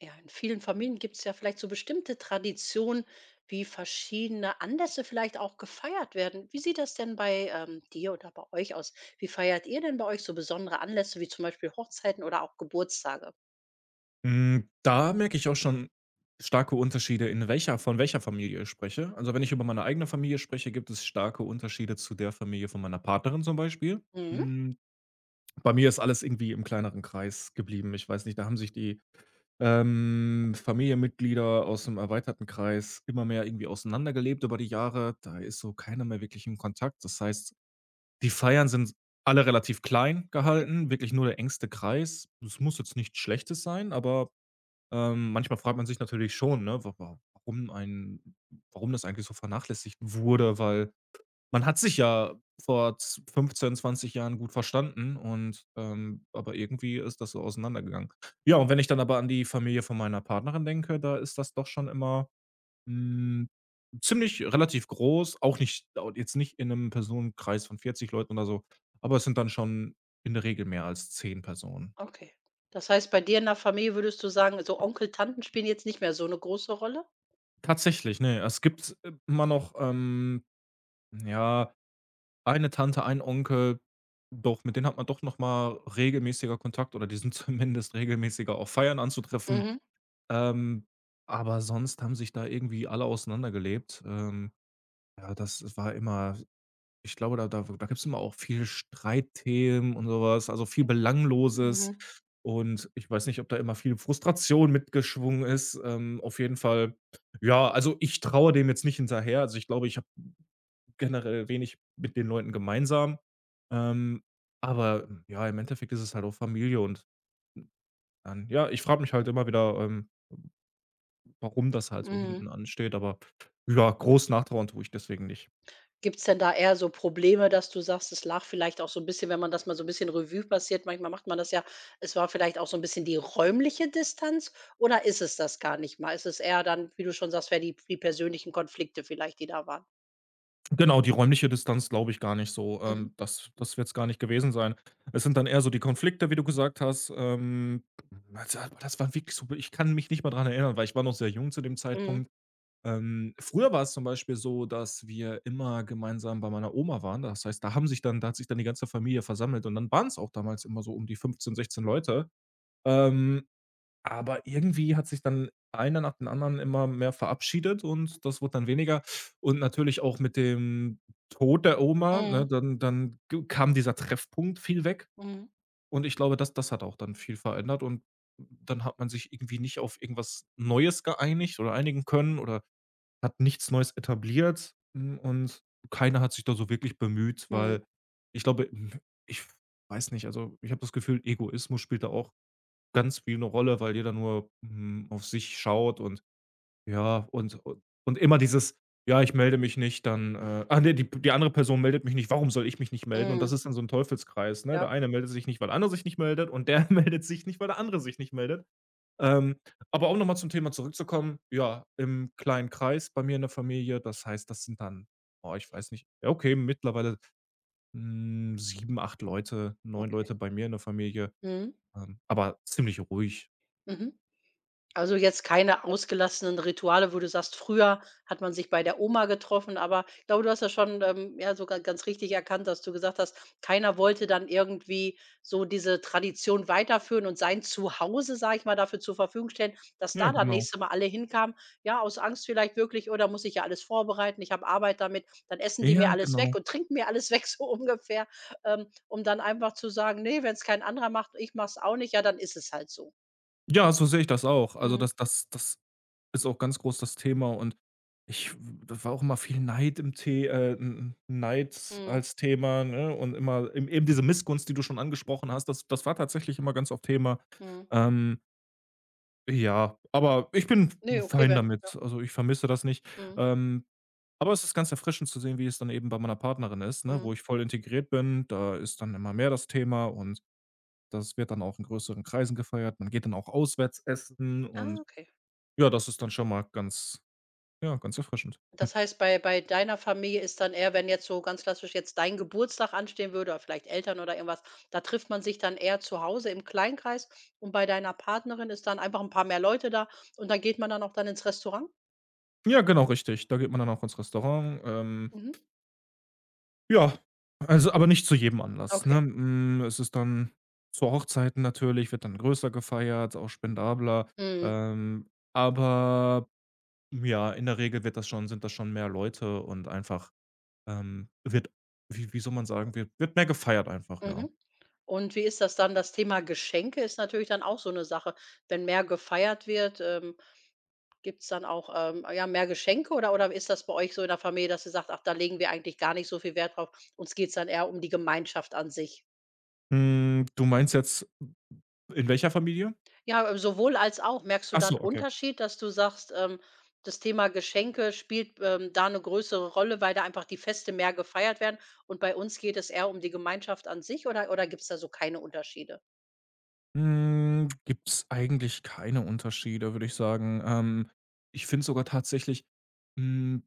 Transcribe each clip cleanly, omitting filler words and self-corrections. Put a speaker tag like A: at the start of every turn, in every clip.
A: Ja, in vielen Familien gibt es ja vielleicht so bestimmte Traditionen, wie verschiedene Anlässe vielleicht auch gefeiert werden. Wie sieht das denn bei dir oder bei euch aus? Wie feiert ihr denn bei euch so besondere Anlässe wie zum Beispiel Hochzeiten oder auch Geburtstage?
B: Hm, da merke ich auch schon starke Unterschiede, in welcher von welcher Familie ich spreche. Also, wenn ich über meine eigene Familie spreche, gibt es starke Unterschiede zu der Familie von meiner Partnerin zum Beispiel.
A: Mhm.
B: Hm, bei mir ist alles irgendwie im kleineren Kreis geblieben. Ich weiß nicht, da haben sich die, Familienmitglieder aus dem erweiterten Kreis immer mehr irgendwie auseinandergelebt über die Jahre. Da ist so keiner mehr wirklich im Kontakt. Das heißt, die Feiern sind alle relativ klein
A: Okay.
B: gehalten, wirklich nur der engste Kreis. Es muss jetzt nichts Schlechtes sein, aber manchmal fragt man sich natürlich schon, ne, wa wa warum ein warum das eigentlich so vernachlässigt wurde, weil man hat sich ja vor z 15, 20 Jahren gut verstanden und, aber irgendwie ist das so auseinandergegangen. Ja, und wenn ich dann aber an die Familie von meiner Partnerin denke, da ist das doch schon immer, hm, ziemlich relativ groß, auch nicht au jetzt nicht in einem Personenkreis von 40 Leuten oder so, aber es sind dann schon in der Regel mehr als 10 Personen.
A: Okay. Das heißt, bei dir in der Familie würdest du sagen, so Onkel, Tanten spielen jetzt nicht mehr so eine große Rolle?
B: Tatsächlich, ne, es gibt immer noch, ja, eine Tante, ein Onkel, doch, mit denen hat man doch noch mal regelmäßiger Kontakt oder die sind zumindest regelmäßiger auf Feiern anzutreffen.
A: Mhm.
B: Ähm, aber sonst haben sich da irgendwie alle auseinandergelebt. Ja, das war immer ich glaube, da gibt's immer auch viel Streitthemen und sowas, also viel Belangloses.
A: Mhm.
B: Und ich weiß nicht, ob da immer viel Frustration mitgeschwungen ist. Auf jeden Fall, ja, also ich trauere dem jetzt nicht hinterher. Also, ich glaube, ich habe generell wenig mit den Leuten gemeinsam. Ähm, aber ja, im Endeffekt ist es halt auch Familie und dann ja, ich frage mich halt immer wieder, warum das halt so hinten
A: Mhm.
B: ansteht, aber ja, groß nachtrauern tue ich deswegen nicht.
A: Gibt's denn da eher so Probleme, dass du sagst, es lag vielleicht auch so ein bisschen, wenn man das mal so ein bisschen Revue passiert, manchmal macht man das ja, es war vielleicht auch so ein bisschen die räumliche Distanz, oder ist es das gar nicht mal? Ist es eher dann, wie du schon sagst, wäre die persönlichen Konflikte vielleicht, die da waren?
B: Genau, die räumliche Distanz glaube ich gar nicht so.
A: Mhm.
B: Das wird es gar nicht gewesen sein. Es sind dann eher so die Konflikte, wie du gesagt hast. Also, aber das war wirklich so ich kann mich nicht mal dran erinnern, weil ich war noch sehr jung zu dem
A: Mhm.
B: Zeitpunkt. Früher war es zum Beispiel so, dass wir immer gemeinsam bei meiner Oma waren. Das heißt, da hat sich dann die ganze Familie versammelt und dann waren es auch damals immer so um die 15, 16 Leute. Ähm, aber irgendwie hat sich dann einer nach dem anderen immer mehr verabschiedet und das wurde dann weniger. Und natürlich auch mit dem Tod der Oma, ne,
A: Mhm.
B: dann dann g kam dieser Treffpunkt viel weg
A: Mhm.
B: und ich glaube, das hat auch dann viel verändert und dann hat man sich irgendwie nicht auf irgendwas Neues geeinigt oder einigen können oder hat nichts Neues etabliert, und keiner hat sich da so wirklich bemüht,
A: Mhm.
B: weil ich glaube, ich weiß nicht, also, ich habe das Gefühl, Egoismus spielt da auch ganz viel 'ne Rolle, weil jeder nur, auf sich schaut und ja, und immer dieses: „Ja, ich melde mich nicht, dann, nee, die andere Person meldet mich nicht, warum soll ich mich nicht melden?" Und das
A: Mhm.
B: ist dann so ein Teufelskreis, ne?
A: Ja,
B: Der eine meldet sich nicht, weil der andere sich nicht meldet und der meldet sich nicht, weil der andere sich nicht meldet. Ähm, aber auch noch mal zum Thema zurückzukommen, ja, im kleinen Kreis bei mir in der Familie, das heißt, das sind dann, oh, ich weiß nicht, ja, okay, mittlerweile, sieben, acht Leute, neun
A: okay.
B: Leute bei mir in der Familie,
A: Mhm.
B: aber ziemlich ruhig.
A: Mhm. Also, jetzt keine ausgelassenen Rituale, wo du sagst: „Früher hat man sich bei der Oma getroffen", aber ich glaube, du hast ja schon, ja, sogar ganz richtig erkannt, dass du gesagt hast, keiner wollte dann irgendwie so diese Tradition weiterführen und sein Zuhause, sage ich mal, dafür zur Verfügung stellen, dass
B: Ja,
A: da dann
B: genau.
A: nächste Mal alle hinkamen. Ja, aus Angst vielleicht wirklich: oder muss ich ja alles vorbereiten, ich habe Arbeit damit, dann essen die mir
B: Ja,
A: alles weg
B: genau.
A: und trinken mir alles weg", so ungefähr, um dann einfach zu sagen: nee, wenn es kein anderer macht, ich mache es auch nicht, ja, dann ist es halt so."
B: Ja, so sehe ich das auch. Also,
A: Mhm.
B: das ist auch ganz groß das Thema und ich da war auch immer viel Neid im The N Neid
A: Mhm.
B: als Thema, ne? Und immer eben diese Missgunst, die du schon angesprochen hast, das war tatsächlich immer ganz oft Thema.
A: Mhm.
B: Ähm, ja, aber ich bin
A: Ne, okay,
B: fein
A: wenn ja.
B: damit. Also, ich vermisse das nicht.
A: Mhm,
B: Ähm, aber es ist ganz erfrischend zu sehen, wie es dann eben bei meiner Partnerin ist, ne, wo
A: mhm.
B: ich voll integriert bin. Da ist dann immer mehr das Thema und das wird dann auch in größeren Kreisen gefeiert. Man geht dann auch auswärts essen
A: Ah,
B: und
A: okay.
B: ja, das ist dann schon mal ganz ja, ganz erfrischend. Hm.
A: Das heißt, bei deiner Familie ist dann eher, wenn jetzt so ganz klassisch jetzt dein Geburtstag anstehen würde oder vielleicht Eltern oder irgendwas, da trifft man sich dann eher zu Hause im Kleinkreis und bei deiner Partnerin ist dann einfach 'n paar mehr Leute da und dann geht man dann auch dann ins Restaurant?
B: Ja, genau, richtig. Da geht man dann auch ins Restaurant.
A: Mhm.
B: Ja, also aber nicht zu jedem Anlass, ne?
A: Okay.
B: Hm, es ist dann zu Hochzeiten natürlich, wird dann größer gefeiert, auch spendabler.
A: Mhm,
B: Aber ja, in der Regel wird das schon sind das schon mehr Leute und einfach, wird wie wie soll man sagen, wird mehr gefeiert einfach, ja.
A: mhm. Und wie ist das dann? Das Thema Geschenke ist natürlich dann auch so 'ne Sache. Wenn mehr gefeiert wird, gibt's dann auch, ja, mehr Geschenke, oder ist das bei euch so in der Familie, dass ihr sagt: „Ach, da legen wir eigentlich gar nicht so viel Wert drauf. Uns geht's dann eher um die Gemeinschaft an sich?"
B: Hm, du meinst jetzt in welcher Familie?
A: Ja, sowohl als auch. Merkst du
B: Ach
A: da
B: so,
A: 'n
B: okay.
A: Unterschied, dass du sagst, das Thema Geschenke spielt, da eine größere Rolle, weil da einfach die Feste mehr gefeiert werden und bei uns geht es eher um die Gemeinschaft an sich, oder gibt's da so keine Unterschiede?
B: Hm, gibt's eigentlich keine Unterschiede, würde ich sagen. Ich finde sogar tatsächlich hm,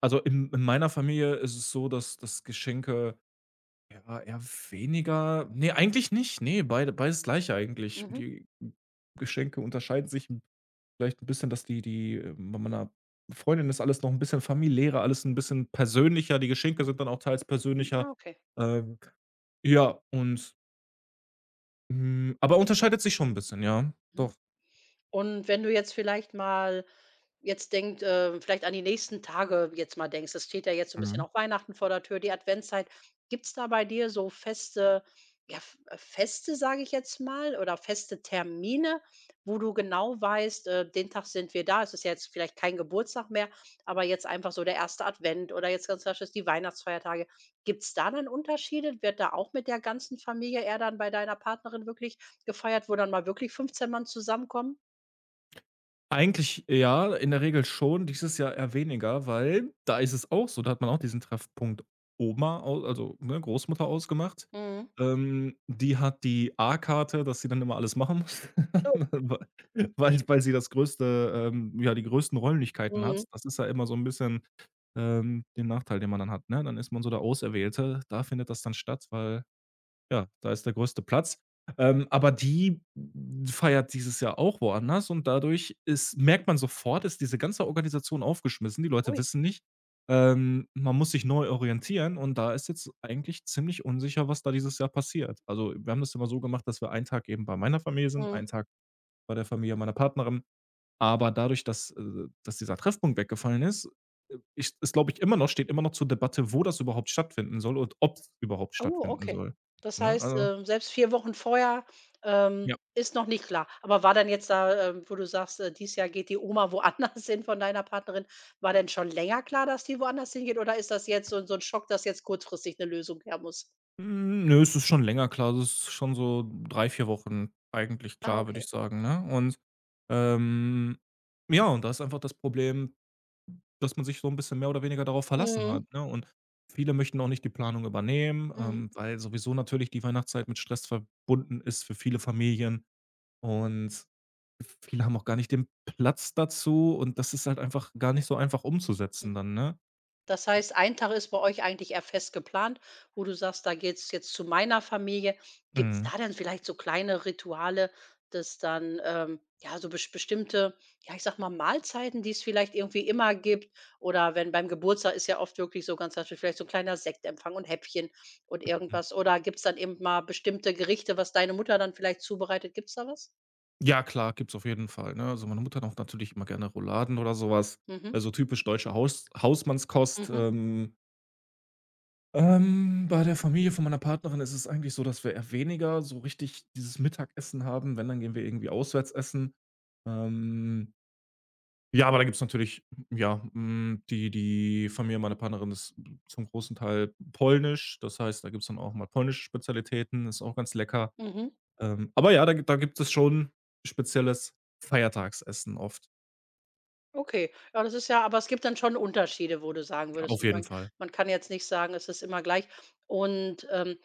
B: also in meiner Familie ist es so, dass das Geschenke ja eher weniger ne, eigentlich nicht. Ne, beides gleich eigentlich. Und
A: Mhm.
B: die Geschenke unterscheiden sich vielleicht ein bisschen, dass die die bei meiner Freundin ist alles noch ein bisschen familiärer, alles ein bisschen persönlicher. Die Geschenke sind dann auch teils persönlicher.
A: Ah, okay.
B: Ähm, ja, und, aber unterscheidet sich schon ein bisschen, ja, doch.
A: Mhm. Und wenn du jetzt vielleicht mal jetzt denkt, vielleicht an die nächsten Tage jetzt mal denkst, es steht ja jetzt so ein bisschen
B: Mhm.
A: auch Weihnachten vor der Tür, die Adventszeit. Gibt's da bei dir so feste ja, F Feste, sage ich jetzt mal, oder feste Termine, wo du genau weißt, den Tag sind wir da? Es ist ja jetzt vielleicht kein Geburtstag mehr, aber jetzt einfach so der erste Advent oder jetzt ganz rasch ist die Weihnachtsfeiertage. Gibt's da dann Unterschiede? Wird da auch mit der ganzen Familie eher dann bei deiner Partnerin wirklich gefeiert, wo dann mal wirklich 15 Mann zusammenkommen?
B: Eigentlich ja, in der Regel schon, dieses Jahr eher weniger, weil da ist es auch so, da hat man auch diesen Treffpunkt Oma, au also, ne, Großmutter ausgemacht.
A: Mhm.
B: Die hat die A-Karte, dass sie dann immer alles machen muss,
A: So.
B: we weil weil sie das größte ja, die größten Räumlichkeiten hat.
A: Mhm.
B: Das ist ja immer so ein bisschen, den Nachteil, den man dann hat, ne? Dann ist man so der Auserwählte. Da findet das dann statt, weil ja, da ist der größte Platz. Aber die feiert dieses Jahr auch woanders und dadurch ist merkt man sofort, ist diese ganze Organisation aufgeschmissen. Die Leute
A: Ui.
B: wissen nicht. Man muss sich neu orientieren und da ist jetzt eigentlich ziemlich unsicher, was da dieses Jahr passiert. Also, wir haben das immer so gemacht, dass wir einen Tag eben bei meiner Familie sind,
A: Mhm.
B: einen Tag bei der Familie meiner Partnerin. Aber dadurch, dass dieser Treffpunkt weggefallen ist, ist, glaube ich, immer noch steht immer noch zur Debatte, wo das überhaupt stattfinden soll und ob's überhaupt
A: Oh,
B: stattfinden
A: okay.
B: soll,
A: Das
B: ne?
A: heißt,
B: Also
A: selbst 4 Wochen vorher,
B: ja.
A: ist noch nicht klar. Aber war dann jetzt da, wo du sagst, dieses Jahr geht die Oma woanders hin von deiner Partnerin, war denn schon länger klar, dass die woanders hingeht, oder ist das jetzt so 'n Schock, dass jetzt kurzfristig 'ne Lösung her muss?
B: Hm, nö, es ist schon länger klar. Also, es ist schon so 3, 4 Wochen eigentlich
A: Ah,
B: klar, würde ich
A: okay.
B: sagen, ne? Und, ähm, ja, und da ist einfach das Problem, dass man sich so 'n bisschen mehr oder weniger darauf verlassen
A: Mhm.
B: hat, ne? Und viele möchten auch nicht die Planung übernehmen,
A: Mhm. Mhm.
B: weil sowieso natürlich die Weihnachtszeit mit Stress verbunden ist für viele Familien. Und viele haben auch gar nicht den Platz dazu und das ist halt einfach gar nicht so einfach umzusetzen dann, ne?
A: Das heißt, ein Tag ist bei euch eigentlich eher fest geplant, wo du sagst: „Da geht's jetzt zu meiner Familie." Gibt's
B: Mhm.
A: da denn vielleicht so kleine Rituale, dass dann, ja, so besch bestimmte, ja, ich sag mal, Mahlzeiten, die es vielleicht irgendwie immer gibt, oder wenn beim Geburtstag ist ja oft wirklich so ganz klassisch vielleicht so 'n kleiner Sektempfang und Häppchen und irgendwas, oder gibt's dann eben mal bestimmte Gerichte, was deine Mutter dann vielleicht zubereitet? Gibt's da was?
B: Ja klar, gibt's auf jeden Fall, ne? Also, meine Mutter macht natürlich immer gerne Rouladen oder sowas.
A: Mhm,
B: Also, typisch deutsche Hausmannskost.
A: mhm,
B: Bei der Familie von meiner Partnerin ist es eigentlich so, dass wir eher weniger so richtig dieses Mittagessen haben. Wenn, dann gehen wir irgendwie auswärts essen. Ähm, ja, aber da gibt's natürlich, ja, die Familie meiner Partnerin ist zum großen Teil polnisch. Das heißt, da gibt's dann auch mal polnische Spezialitäten, ist auch ganz lecker.
A: mhm.
B: Aber ja, da gibt es schon spezielles Feiertagsessen oft.
A: Okay, ja, das ist ja, aber es gibt dann schon Unterschiede, wo du sagen
B: Ja,
A: würdest
B: auf
A: und
B: jeden
A: man
B: Fall.
A: man kann jetzt nicht sagen, es ist immer gleich. Und,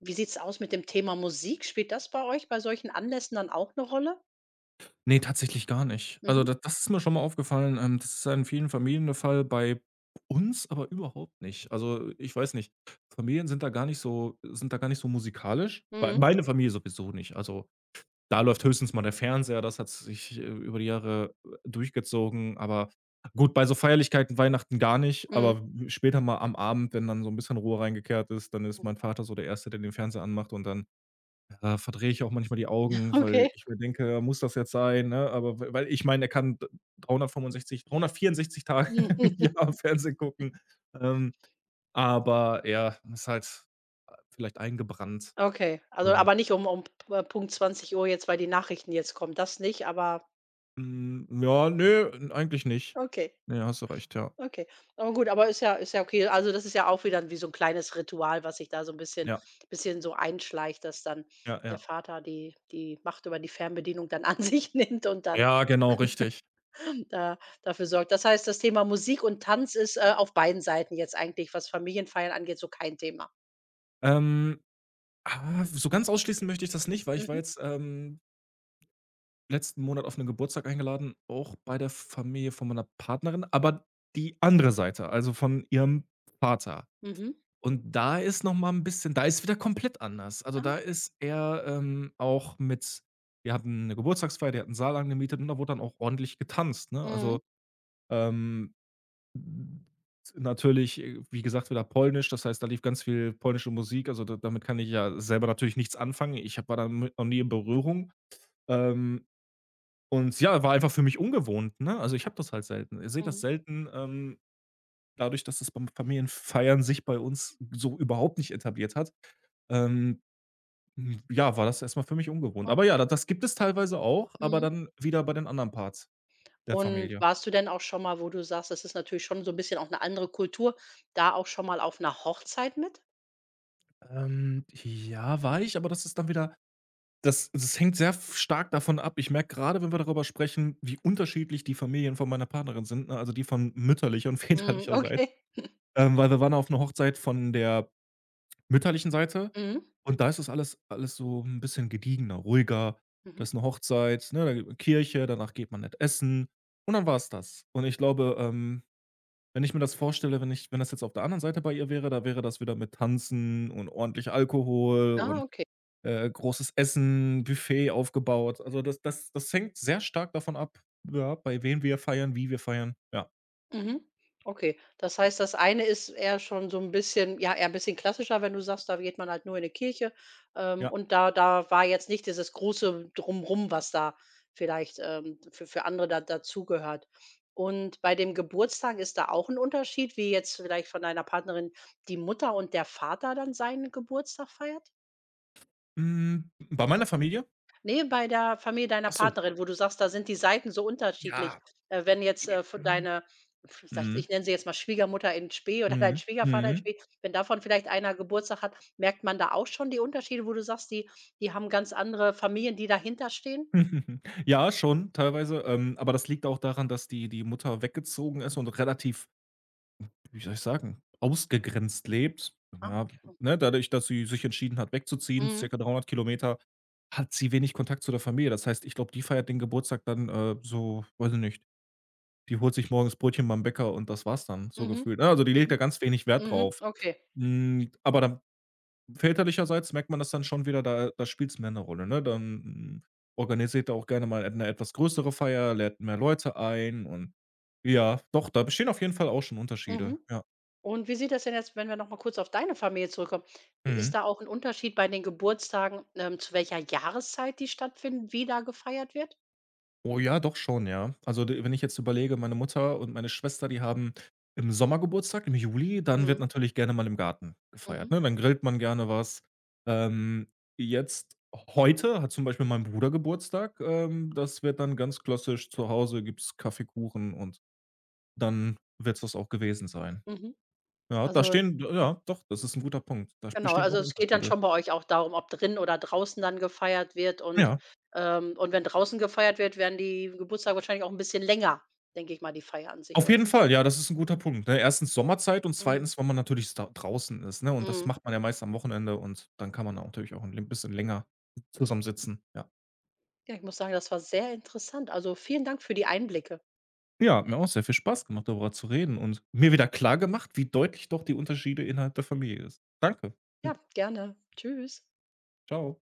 A: wie sieht's aus mit dem Thema Musik? Spielt das bei euch bei solchen Anlässen dann auch eine Rolle?
B: Ne, tatsächlich gar nicht. Also,
A: Mhm.
B: da das ist mir schon mal aufgefallen, das ist ja in vielen Familien der Fall, bei uns aber überhaupt nicht. Also, ich weiß nicht, Familien sind da gar nicht so sind da gar nicht so musikalisch. Bei
A: Mhm.
B: meine Familie sowieso nicht. Also, da läuft höchstens mal der Fernseher, das hat sich, über die Jahre, durchgezogen, aber gut, bei so Feierlichkeiten, Weihnachten gar nicht,
A: Mhm.
B: aber w später mal am Abend, wenn dann so 'n bisschen Ruhe reingekehrt ist, dann ist mein
A: Mhm.
B: Vater so der Erste, der den Fernseher anmacht und dann, verdrehe ich auch manchmal die Augen, weil
A: Okay.
B: ich mir denke: ja, „Muss das jetzt sein", ne? Aber w weil ich meine, er kann d 365 364 Tage im
A: Mhm.
B: Jahr Fernsehen gucken, ähm, aber ja, ist halt, vielleicht eingebrannt,
A: Okay. Also,
B: ähm.
A: aber nicht um Punkt 20 Uhr jetzt, weil die Nachrichten jetzt kommen, das nicht, aber
B: Hm, ja, ne, eigentlich nicht.
A: okay.
B: Ne, hast du recht, ja.
A: Okay. Aber gut, aber ist ja okay. Also, das ist ja auch wieder wie so ein kleines Ritual, was sich da so ein bisschen
B: Ja,
A: bisschen so einschleicht, dass dann
B: ja,
A: der
B: ja.
A: Vater die Macht über die Fernbedienung dann an sich nimmt und dann
B: Ja, genau, richtig.
A: da dafür sorgt. Das heißt, das Thema Musik und Tanz ist, auf beiden Seiten jetzt eigentlich, was Familienfeiern angeht, so kein Thema.
B: Ähm, so ganz ausschließen möchte ich das nicht, weil ich war
A: Mhm,
B: jetzt, letzten Monat auf 'nen Geburtstag eingeladen, auch bei der Familie von meiner Partnerin, aber die andere Seite, also von ihrem Vater.
A: mhm.
B: Und da ist noch mal 'n bisschen da ist wieder komplett anders. Also,
A: Ah,
B: da
A: okay.
B: ist er, auch mit wir hatten 'ne Geburtstagsfeier, der hat 'n Saal angemietet und da wurde dann auch ordentlich getanzt, ne?
A: Mhm,
B: Also, ähm Hm, natürlich, wie gesagt, wieder Polnisch, das heißt, da lief ganz viel polnische Musik, also da damit kann ich ja selber natürlich nichts anfangen. Ich habe war damit noch nie in Berührung. Ähm, und ja, war einfach für mich ungewohnt, ne? Also, ich habe das halt selten. Ihr seht das
A: mhm,
B: selten, dadurch, dass das beim Familienfeiern sich bei uns so überhaupt nicht etabliert hat. Ähm, ja, war das erstmal für mich ungewohnt.
A: oh,
B: Aber ja, da das gibt es teilweise auch, aber
A: mhm.
B: dann wieder bei den anderen Parts der
A: Und
B: Familie.
A: warst du denn auch schon mal, wo du sagst, das ist natürlich schon so ein bisschen auch eine andere Kultur, da auch schon mal auf einer Hochzeit mit?
B: Ja, war ich, aber das ist dann wieder Das das hängt sehr f stark davon ab. Ich merke gerade, wenn wir darüber sprechen, wie unterschiedlich die Familien von meiner Partnerin sind, ne, also die von mütterlicher und
A: Mhm,
B: väterlicherseits.
A: okay.
B: Weil wir waren auf einer Hochzeit von der mütterlichen Seite
A: Mhm.
B: und da ist es alles so ein bisschen gediegener, ruhiger.
A: Mhm.
B: Das ist eine Hochzeit, ne, da geht man Kirche, danach geht man nett essen und dann war's das. Und ich glaube, wenn ich mir das vorstelle, wenn das jetzt auf der anderen Seite bei ihr wäre, da wäre das wieder mit Tanzen und ordentlich Alkohol
A: Ah,
B: und
A: okay.
B: großes Essen, Buffet aufgebaut. Also, das hängt sehr stark davon ab, ja, bei wem wir feiern, wie wir feiern. Ja,
A: Mhm. Okay. Das heißt, das eine ist eher schon so ein bisschen ja, eher ein bisschen klassischer, wenn du sagst, da geht man halt nur in 'ne Kirche,
B: ja.
A: und da war jetzt nicht dieses große Drumrum, was da vielleicht, für andere da dazugehört. Und bei dem Geburtstag ist da auch ein Unterschied, wie jetzt vielleicht von deiner Partnerin die Mutter und der Vater dann seinen Geburtstag feiert?
B: Hm, bei meiner Familie?
A: Ne, bei der Familie deiner
B: Ach so.
A: Partnerin, wo du sagst, da sind die Seiten so unterschiedlich.
B: Ja,
A: Wenn jetzt, von
B: eben.
A: deine, sage ich
B: Mhm.
A: ich nenne sie jetzt mal Schwiegermutter in spe oder dein
B: Mhm.
A: Schwiegervater in
B: Mhm.
A: spe, wenn davon vielleicht einer Geburtstag hat, merkt man da auch schon die Unterschiede, wo du sagst, die haben ganz andere Familien, die dahinter stehen.
B: Ja, schon teilweise, aber das liegt auch daran, dass die Mutter weggezogen ist und relativ wie soll ich sagen, ausgegrenzt lebt.
A: Ah,
B: Ja,
A: okay.
B: ne, dadurch, dass sie sich entschieden hat, wegzuziehen,
A: Mhm,
B: circa 300 Kilometer, hat sie wenig Kontakt zu der Familie. Das heißt, ich glaube, die feiert den Geburtstag dann, so weiß ich nicht, die holt sich morgens Brötchen beim Bäcker und das war's dann, so
A: mhm,
B: gefühlt. Ne, also, die legt
A: mhm,
B: da ganz wenig Wert
A: mhm,
B: drauf.
A: okay.
B: Hm, aber dann väterlicherseits merkt man das dann schon wieder, da spielt es mehr eine Rolle, ne? Dann, organisiert er auch gerne mal eine etwas größere Feier, lädt mehr Leute ein und ja, doch, da bestehen auf jeden Fall auch schon Unterschiede.
A: Mhm.
B: Ja.
A: Und wie sieht das denn jetzt, wenn wir noch mal kurz auf deine Familie zurückkommen? B ist
B: Mhm.
A: da auch ein Unterschied bei den Geburtstagen, zu welcher Jahreszeit die stattfinden, wie da gefeiert wird?
B: Oh ja, doch schon, ja. Also, d wenn ich jetzt überlege, meine Mutter und meine Schwester, die haben im Sommer Geburtstag, im Juli, dann wird
A: Mhm.
B: natürlich gerne mal im Garten gefeiert,
A: Mhm,
B: ne? Dann grillt man gerne was. Ähm, Jetzt heute hat zum Beispiel mein Bruder Geburtstag, das wird dann ganz klassisch zu Hause gibt's Kaffee, Kuchen und dann wird's das auch gewesen sein.
A: mhm.
B: Ja, da
A: Also,
B: stehen ja, doch, das ist ein guter Punkt. Da
A: genau,
B: bestehen auch
A: also, es geht dann
B: Unterschiede.
A: schon bei euch auch darum, ob drin oder draußen dann gefeiert wird, und,
B: Ja.
A: ähm und wenn draußen gefeiert wird, werden die Geburtstage wahrscheinlich auch ein bisschen länger, denke ich mal, die Feier an sich,
B: Auf
A: oder?
B: jeden Fall, ja, das ist 'n guter Punkt, ne? 1. Sommerzeit und
A: Mhm,
B: zweitens, weil man natürlich da draußen ist, ne? Und das
A: mhm.
B: macht man ja meist am Wochenende und dann kann man auch natürlich auch 'n l bisschen länger zusammensitzen, ja.
A: Ja, ich muss sagen, das war sehr interessant. Also, vielen Dank für die Einblicke.
B: Ja, hat mir auch sehr viel Spaß gemacht, darüber zu reden und mir wieder klargemacht, wie deutlich doch die Unterschiede innerhalb der Familie ist. Danke.
A: Ja,
B: Hm,
A: gerne. Tschüss.
B: tschau.